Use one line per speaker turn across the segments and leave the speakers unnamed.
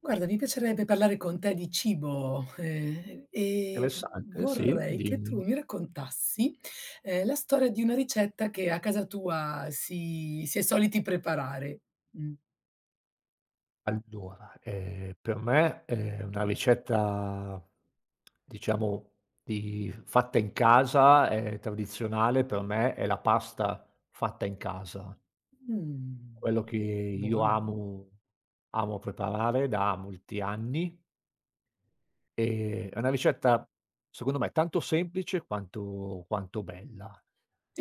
Guarda, mi piacerebbe parlare con te di cibo, e
Interessante, sì,
vorrei che
dimmi.
tu mi raccontassi, la storia di una ricetta che a casa tua si è soliti preparare. Mh.
Allora, per me, una ricetta diciamo di fatta in casa, tradizionale per me è la pasta fatta in casa. Quello che
Mh.
io
Buono.
amo preparare da molti anni, è una ricetta secondo me tanto semplice quanto bella,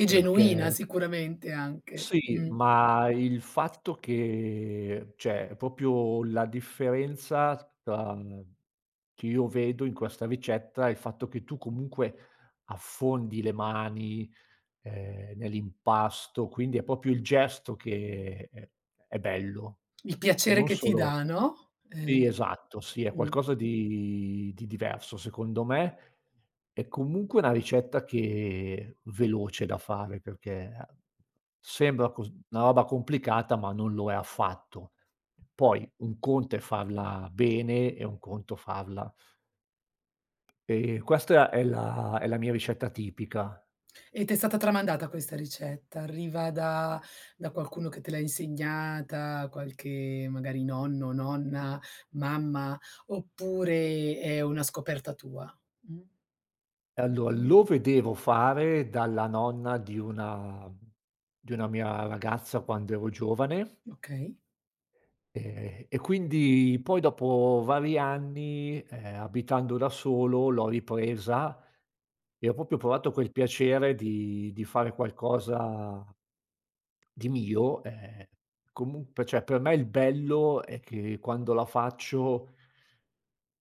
E genuina
perché.
sicuramente anche.
Sì,
Mh.
ma il fatto che, cioè, proprio la differenza tra che io vedo in questa ricetta è il fatto che tu comunque affondi le mani, nell'impasto, quindi è proprio il gesto che è bello.
Il piacere
Non
che ti
solo,
dà, no?
sì, esatto, sì, è
Mh.
qualcosa di diverso secondo me. È comunque una ricetta che è veloce da fare perché, sembra cos una roba complicata, ma non lo è affatto. Poi un conto è farla bene e un conto farla, e questa è la mia ricetta tipica.
E t'è stata tramandata questa ricetta? Arriva da da qualcuno che te l'ha insegnata, qualche magari nonno, nonna, mamma, oppure è una scoperta tua? Mh,
E allora lo vedevo fare dalla nonna di una mia ragazza quando ero giovane.
okay,
E quindi poi, dopo vari anni, abitando da solo, l'ho ripresa e ho proprio provato quel piacere di fare qualcosa di mio. Comunque, cioè, per me il bello è che quando la faccio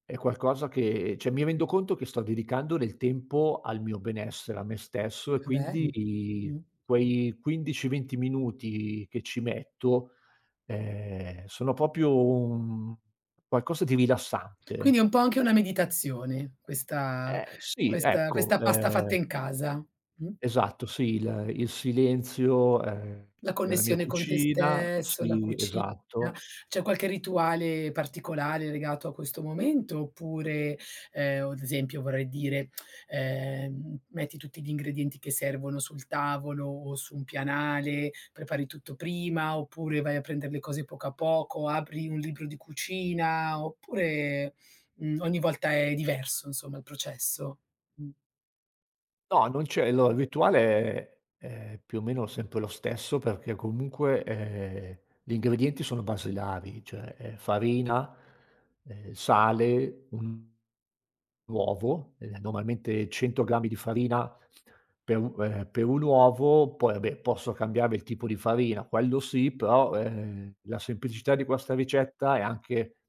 è qualcosa che, cioè, mi rendo conto che sto dedicando del tempo al mio benessere, a me stesso, e
è
quindi
bello. Mh.
quei 15, 20 minuti che ci metto sono proprio un qualcosa di
Quindi
rilassante.
è un po' anche una meditazione questa
Sì,
questa
ecco,
questa pasta fatta in casa. Mh.
esatto, sì, il silenzio,
La
della mia
connessione con te
cucina,
stesso, la
sì,
cucina.
esatto.
C'è qualche rituale particolare legato a questo momento oppure, o ad esempio vorrei dire, metti tutti gli ingredienti che servono sul tavolo o su un pianale, prepari tutto prima, oppure vai a prendere le cose poco a poco, apri un libro di cucina, oppure, mhmm, ogni volta è diverso insomma il processo? Mh,
No, non c'è, allora il rituale è più o meno sempre lo stesso perché comunque, gli ingredienti sono basilari, cioè, farina, sale, un uovo, normalmente 100 grammi di farina per un uovo. Poi, vabbè, posso cambiare il tipo di farina, quello sì, però, la semplicità di questa ricetta è anche,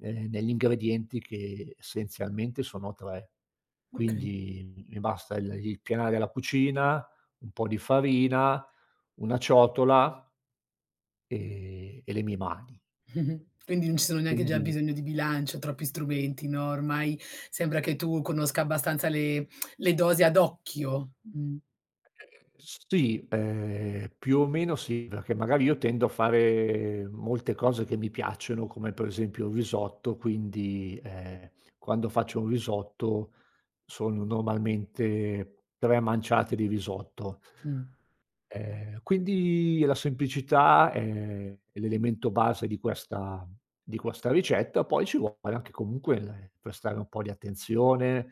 negli ingredienti, che essenzialmente sono 3.
okay.
Quindi mi basta il pianale della cucina, un po' di farina, una ciotola, e le mie mani.
Mh-mh. Quindi non ci sono neanche già
Quindi
bisogno di bilancio, troppi strumenti, no, ormai sembra che tu conosca abbastanza le dosi ad occhio.
sì, più o meno sì, perché magari io tendo a fare molte cose che mi piacciono, come per esempio il risotto, quindi, quando faccio un risotto sono normalmente 3 manciate di risotto.
Mh.
Quindi la semplicità è l'elemento base di questa ricetta, poi ci vuole anche comunque il, prestare un po' di attenzione,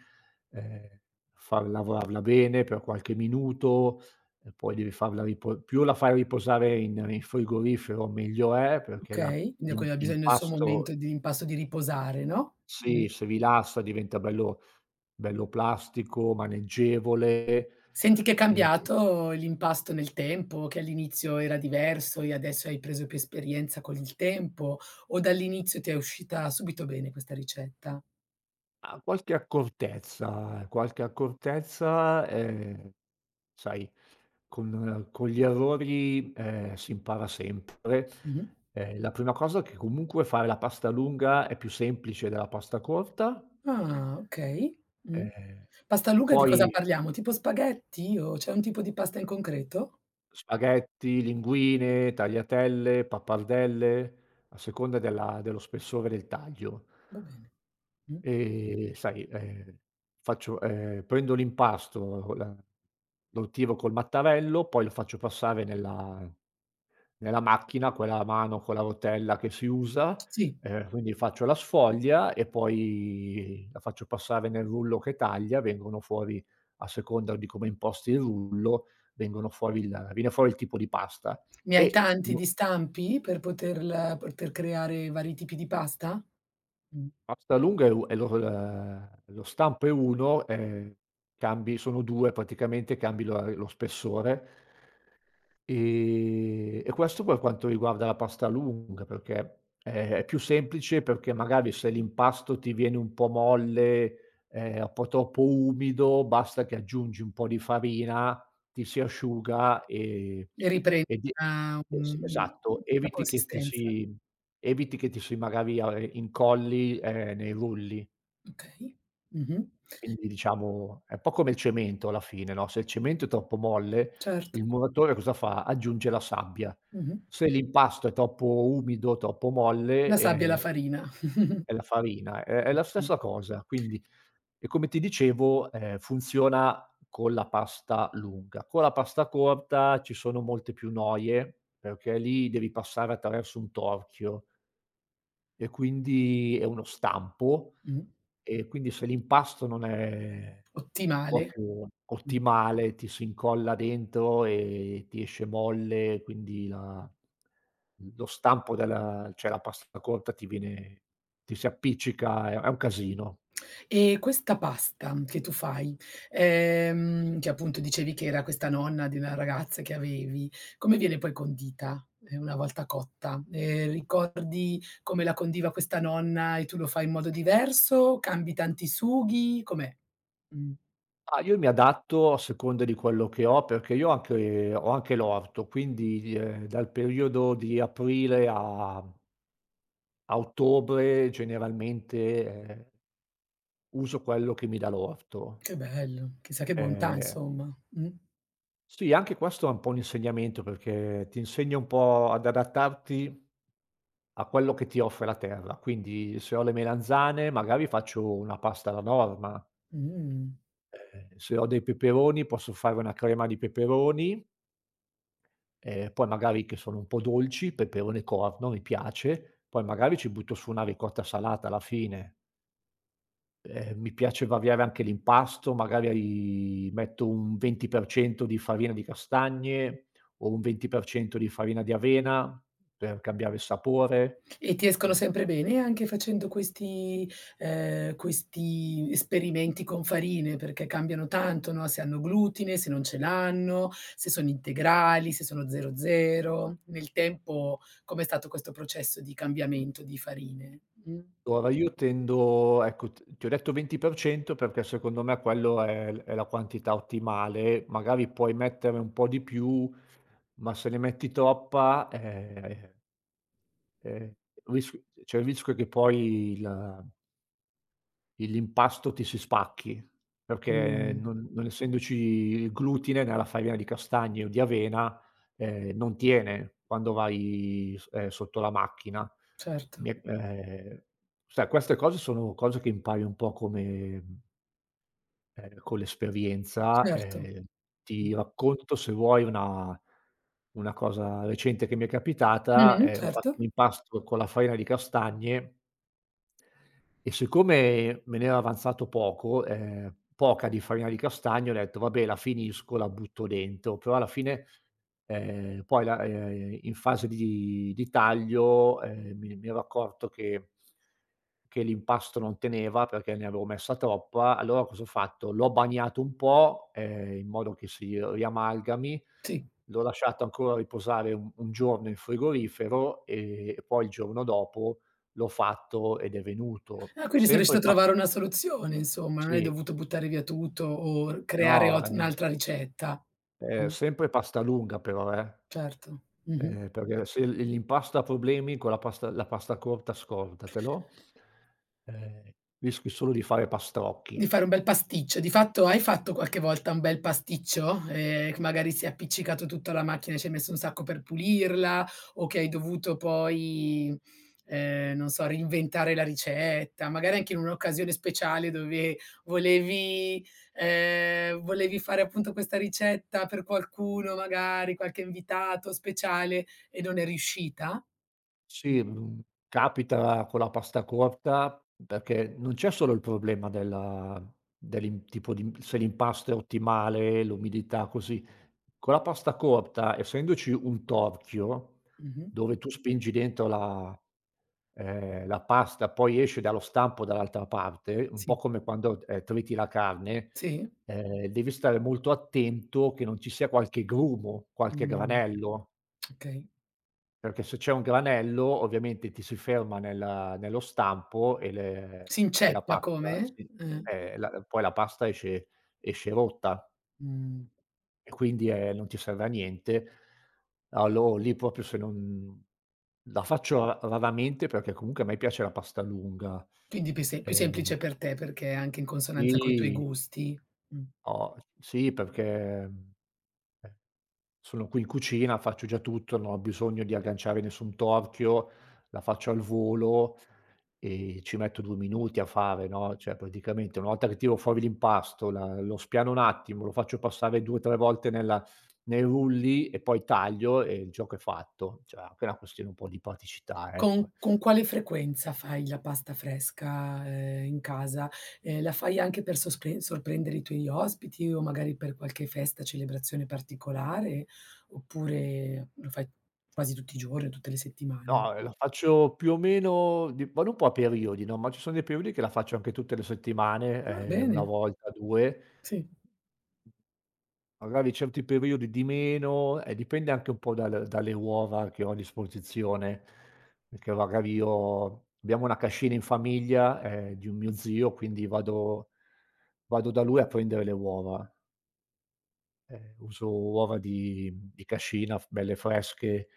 ehm, far lavorarla bene per qualche minuto, e poi devi farla ripo più la fai riposare in frigorifero, meglio è, perché la
Okay, quindi
l'im
quello ha bisogno del suo
l'impasto,
momento di impasto di riposare, no.
sì, si rilassa, diventa bello bello plastico, maneggevole,
Senti che è
e.
cambiato l'impasto nel tempo, che all'inizio era diverso e adesso hai preso più esperienza con il tempo o dall'inizio ti è uscita subito bene questa ricetta?
Ah, qualche accortezza, sai, con gli errori, si impara sempre.
Mh-mh.
La prima cosa è che comunque fare la pasta lunga è più semplice della pasta corta,
Ah, okay. Mh.
ehm,
Pasta lunga di cosa
poi.
parliamo? Tipo spaghetti o c'è un tipo di pasta in concreto?
Spaghetti, linguine, tagliatelle, pappardelle, a seconda della dello spessore del taglio.
Va bene. Mh.
Sai, faccio, prendo l'impasto, la lo tiro col mattarello, poi lo faccio passare nella macchina, quella a mano con la rotella che si usa,
Sì.
quindi faccio la sfoglia e poi la faccio passare nel rullo che taglia. Vengono fuori, a seconda di come imposti il rullo, vengono fuori il viene fuori il tipo di pasta.
Ne hai
E
tanti di stampi per poter creare vari tipi di pasta? Mh.
pasta lunga è lo stampo è 1, cambi sono 2 praticamente, cambi lo spessore, e questo per quanto riguarda la pasta lunga, perché è più semplice, perché magari se l'impasto ti viene un po' molle, un po' troppo umido, basta che aggiungi un po' di farina, ti si asciuga,
E
e di
riprenda un
es esatto,
una consistenza.
eviti che ti si magari a incolli, nei rulli.
Okay. Mh-mh.
Quindi, diciamo, è un po' come il cemento alla fine, no? Se il cemento è troppo molle,
Certo.
il muratore cosa fa? Aggiunge la sabbia.
Mh-mh.
Se l'impasto è troppo umido, troppo molle,
La sabbia e la farina.
è la farina. È la
Ottimo.
stessa cosa, quindi, e come ti dicevo, funziona con la pasta lunga. Con la pasta corta ci sono molte più noie, perché lì devi passare attraverso un torchio. E quindi è uno stampo,
Mh.
e quindi se l'impasto non è
Ottimale.
proprio
Mh.
ottimale, ti si incolla dentro e ti esce molle, quindi la lo stampo della cioè la pasta corta ti viene, ti si appiccica, è un casino.
E questa pasta che tu fai, che appunto dicevi che era questa nonna di una ragazza che avevi, come viene poi condita, una volta cotta? Ricordi come la condiva questa nonna e tu lo fai in modo diverso? Cambi tanti sughi? Com'è? Mh,
Ah, io mi adatto a seconda di quello che ho, perché io ho anche l'orto, quindi, dal periodo di aprile a ottobre generalmente, uso quello che mi dà l'orto.
che bello, chissà che bontà
Ehm
insomma.
Sì anche questo è un po' un insegnamento, perché ti insegna un po' ad adattarti a quello che ti offre la terra. Quindi se ho le melanzane, magari faccio una pasta alla norma.
Mh.
Eh. Se ho dei peperoni posso fare una crema di peperoni, e poi magari, che sono un po' dolci, peperone corno, mi piace, poi magari ci butto su una ricotta salata alla fine. Mi piace variare anche l'impasto, magari metto un 20% di farina di castagne o un 20% di farina di avena per cambiare il sapore.
E ti escono
Eh.
sempre bene anche facendo questi questi esperimenti con farine? Perché cambiano tanto, no, se hanno glutine, se non ce l'hanno, se sono integrali, se sono 00. Nel tempo com'è stato questo processo di cambiamento di farine? Mh.
Ora io tendo, ecco, t ti ho detto 20% perché secondo me quello è la quantità ottimale, magari puoi mettere un po' di più, ma se ne metti troppa, ehm, risch c'è il rischio che poi il. E l'impasto ti si spacchi, perché
Mh.
non essendoci glutine nella farina di castagne o di avena, non tiene quando vai, s sotto la macchina.
Certo,
Mi è sai, queste cose sono cose che impari un po' come, con l'esperienza,
certo.
ti racconto, se vuoi, una cosa recente che mi è capitata. Ho fatto
Certo.
un impasto con la farina di castagne, e siccome me n'era avanzato poco poca di farina di castagne, ho detto: "Vabbè, la finisco, la butto dentro." Però alla fine. Poi, la in fase di taglio, mi ero accorto che l'impasto non teneva perché ne avevo messa troppa, allora cosa ho fatto? L'ho bagnato un po', in modo che si riamalgami,
Sì.
l'ho lasciato ancora riposare un giorno in frigorifero, e poi il giorno dopo l'ho fatto, ed è venuto.
Ah, quindi sei riuscito a
Sempre pas
trovare una soluzione insomma, non hai
Sì,
dovuto buttare via tutto o creare
no,
ot un'altra ricetta. Mh,
Sempre pasta lunga, però, eh.
certo. Mh-mh.
Perché se l'impasto ha problemi con la pasta, la pasta corta, scordatelo. Ehm, rischi solo di fare
Di
pastrocchi.
fare un bel pasticcio. Di fatto hai fatto qualche volta un bel pasticcio, che magari si è appiccicato tutto alla macchina e ci hai messo un sacco per pulirla, o che hai dovuto poi, non so, reinventare la ricetta, magari anche in un'occasione speciale dove volevi volevi fare appunto questa ricetta per qualcuno, magari qualche invitato speciale e non è riuscita? Mh.
Sì, capita con la pasta corta perché non c'è solo il problema della dell'im tipo di se l'impasto è ottimale, l'umidità, così. Con la pasta corta, essendoci un torchio
Mh-mh.
dove tu spingi dentro la pasta, poi esce dallo stampo dall'altra parte, un po'
Sì.
come quando, triti la carne,
Sì?
devi stare molto attento che non ci sia qualche grumo, qualche
Mh.
granello.
Okay.
Perché se c'è un granello ovviamente ti si ferma nella nello stampo,
Si
e la
inceppa
pasta,
come?
sì, la pasta esce rotta,
Mh.
e quindi, non ti serve a niente. Allo Lì proprio, se non, la faccio ra raramente perché comunque a me piace la pasta lunga.
Quindi più se più
Ehm
semplice per te, perché è anche in consonanza coi tuoi
sì,
gusti. Mh.
o sì perché, eh, sono qui in cucina, faccio già tutto, non ho bisogno di agganciare nessun torchio, la faccio al volo. Ci metto 2 minuti a fare, no, cioè, praticamente una volta che tiro fuori l'impasto, la lo spiano un attimo, lo faccio passare 2, 3 volte nella nei rulli, e poi taglio, e il gioco è fatto. Cioè, anche una questione un po' di praticità, eh.
Con quale frequenza fai la pasta fresca, in casa? La fai anche per sospre sorprendere i tuoi ospiti o magari per qualche festa, celebrazione particolare, oppure lo fai quasi tutti i giorni, tutte le settimane?
No, la faccio più o meno di vado un po' a periodi, no, ma ci sono dei periodi che la faccio anche tutte le settimane,
Va
1
bene,
volta, 2.
sì.
Magari certi periodi di meno, e dipende anche un po' dalle uova che ho a disposizione, perché magari io, abbiamo una cascina in famiglia, di un mio zio, quindi vado da lui a prendere le uova. Uso uova di cascina, f belle fresche,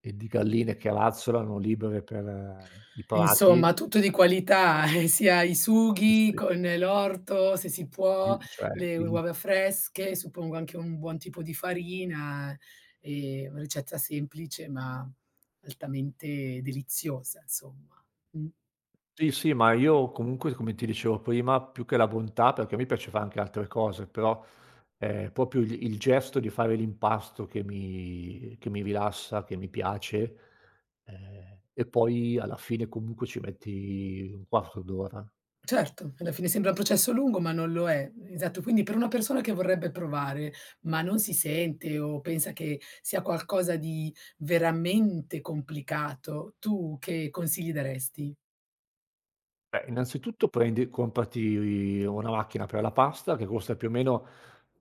e di galline che razzolano libere per, i
Insomma
prati.
tutto di qualità, sia i sughi
Sì,
con l'orto, se si può,
il cioè
le
il
uova fresche, suppongo anche un buon tipo di farina, ricetta semplice ma altamente deliziosa insomma. Mh.
sì, sì, ma io comunque, come ti dicevo prima, più che la bontà, perché a me piace fare anche altre cose, però è proprio il gesto di fare l'impasto che mi rilassa, che mi piace, e poi alla fine comunque ci metti un quarto d'ora.
Certo, alla fine sembra un processo lungo ma non lo è. Esatto, quindi per una persona che vorrebbe provare, ma non si sente o pensa che sia qualcosa di veramente complicato, tu che consigli daresti?
Beh, innanzitutto prendi comprati una macchina per la pasta che costa più o meno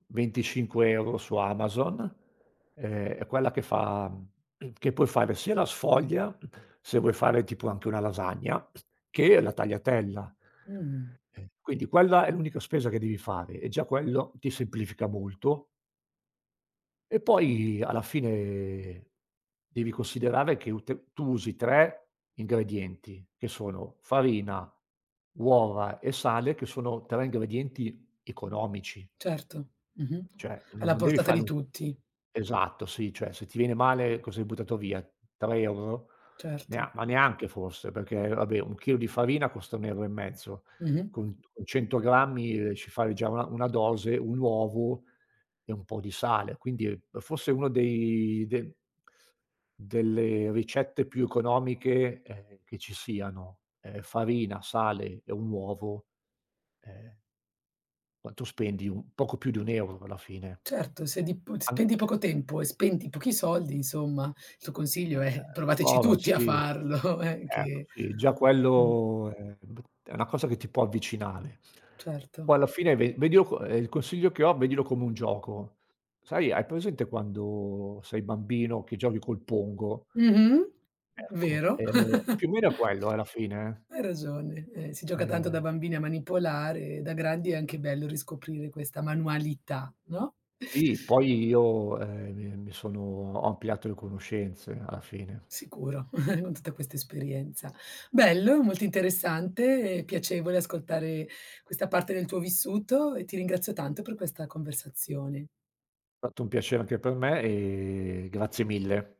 25 € su Amazon, è quella che puoi fare sia la sfoglia, se vuoi fare tipo anche una lasagna, che la tagliatella.
Mh.
Quindi quella è l'unica spesa che devi fare, e già quello ti semplifica molto, e poi alla fine devi considerare che ut tu usi 3 ingredienti, che sono farina, uova e sale, che sono 3 ingredienti economici.
Certo, mh-mh.
Cioè, n
Alla
non devi
portata di
fare un,
tutti,
esatto, sì, cioè se ti viene male cosa hai buttato via? 3 €
certo.
Neanche forse, perché vabbè, 1 chilo di farina costa 1 € e mezzo,
Mh-mh.
con 100 grammi, ci fai già una dose, un uovo e un po' di sale. Quindi, forse uno dei de delle ricette più economiche, che ci siano, farina, sale e un uovo, ehm quanto spendi? Un poco più di 1 € alla fine.
Certo, se di p
An
spendi poco tempo e spendi pochi soldi, insomma, il tuo consiglio
eh,
è provateci
Prova,
tutti a
sì.
farlo,
Ecco,
che
sì, già
mh,
quello è una cosa che ti può avvicinare. Poi,
certo.
alla fine, ve vedilo, co il consiglio che ho, vedilo come un gioco. Sai, hai presente quando sei bambino che giochi col Pongo?
Mh-mh.
Ecco,
Vero,
più o meno è quello, alla fine,
hai ragione. Si
eh.
gioca tanto da bambini a manipolare, da grandi è anche bello riscoprire questa manualità, no?
Sì, poi io, mi mi sono ho ampliato le conoscenze alla fine.
Sicuro, con tutta questa esperienza. Bello, molto interessante e piacevole ascoltare questa parte del tuo vissuto e ti ringrazio tanto per questa conversazione.
È stato un piacere anche per me, e grazie mille.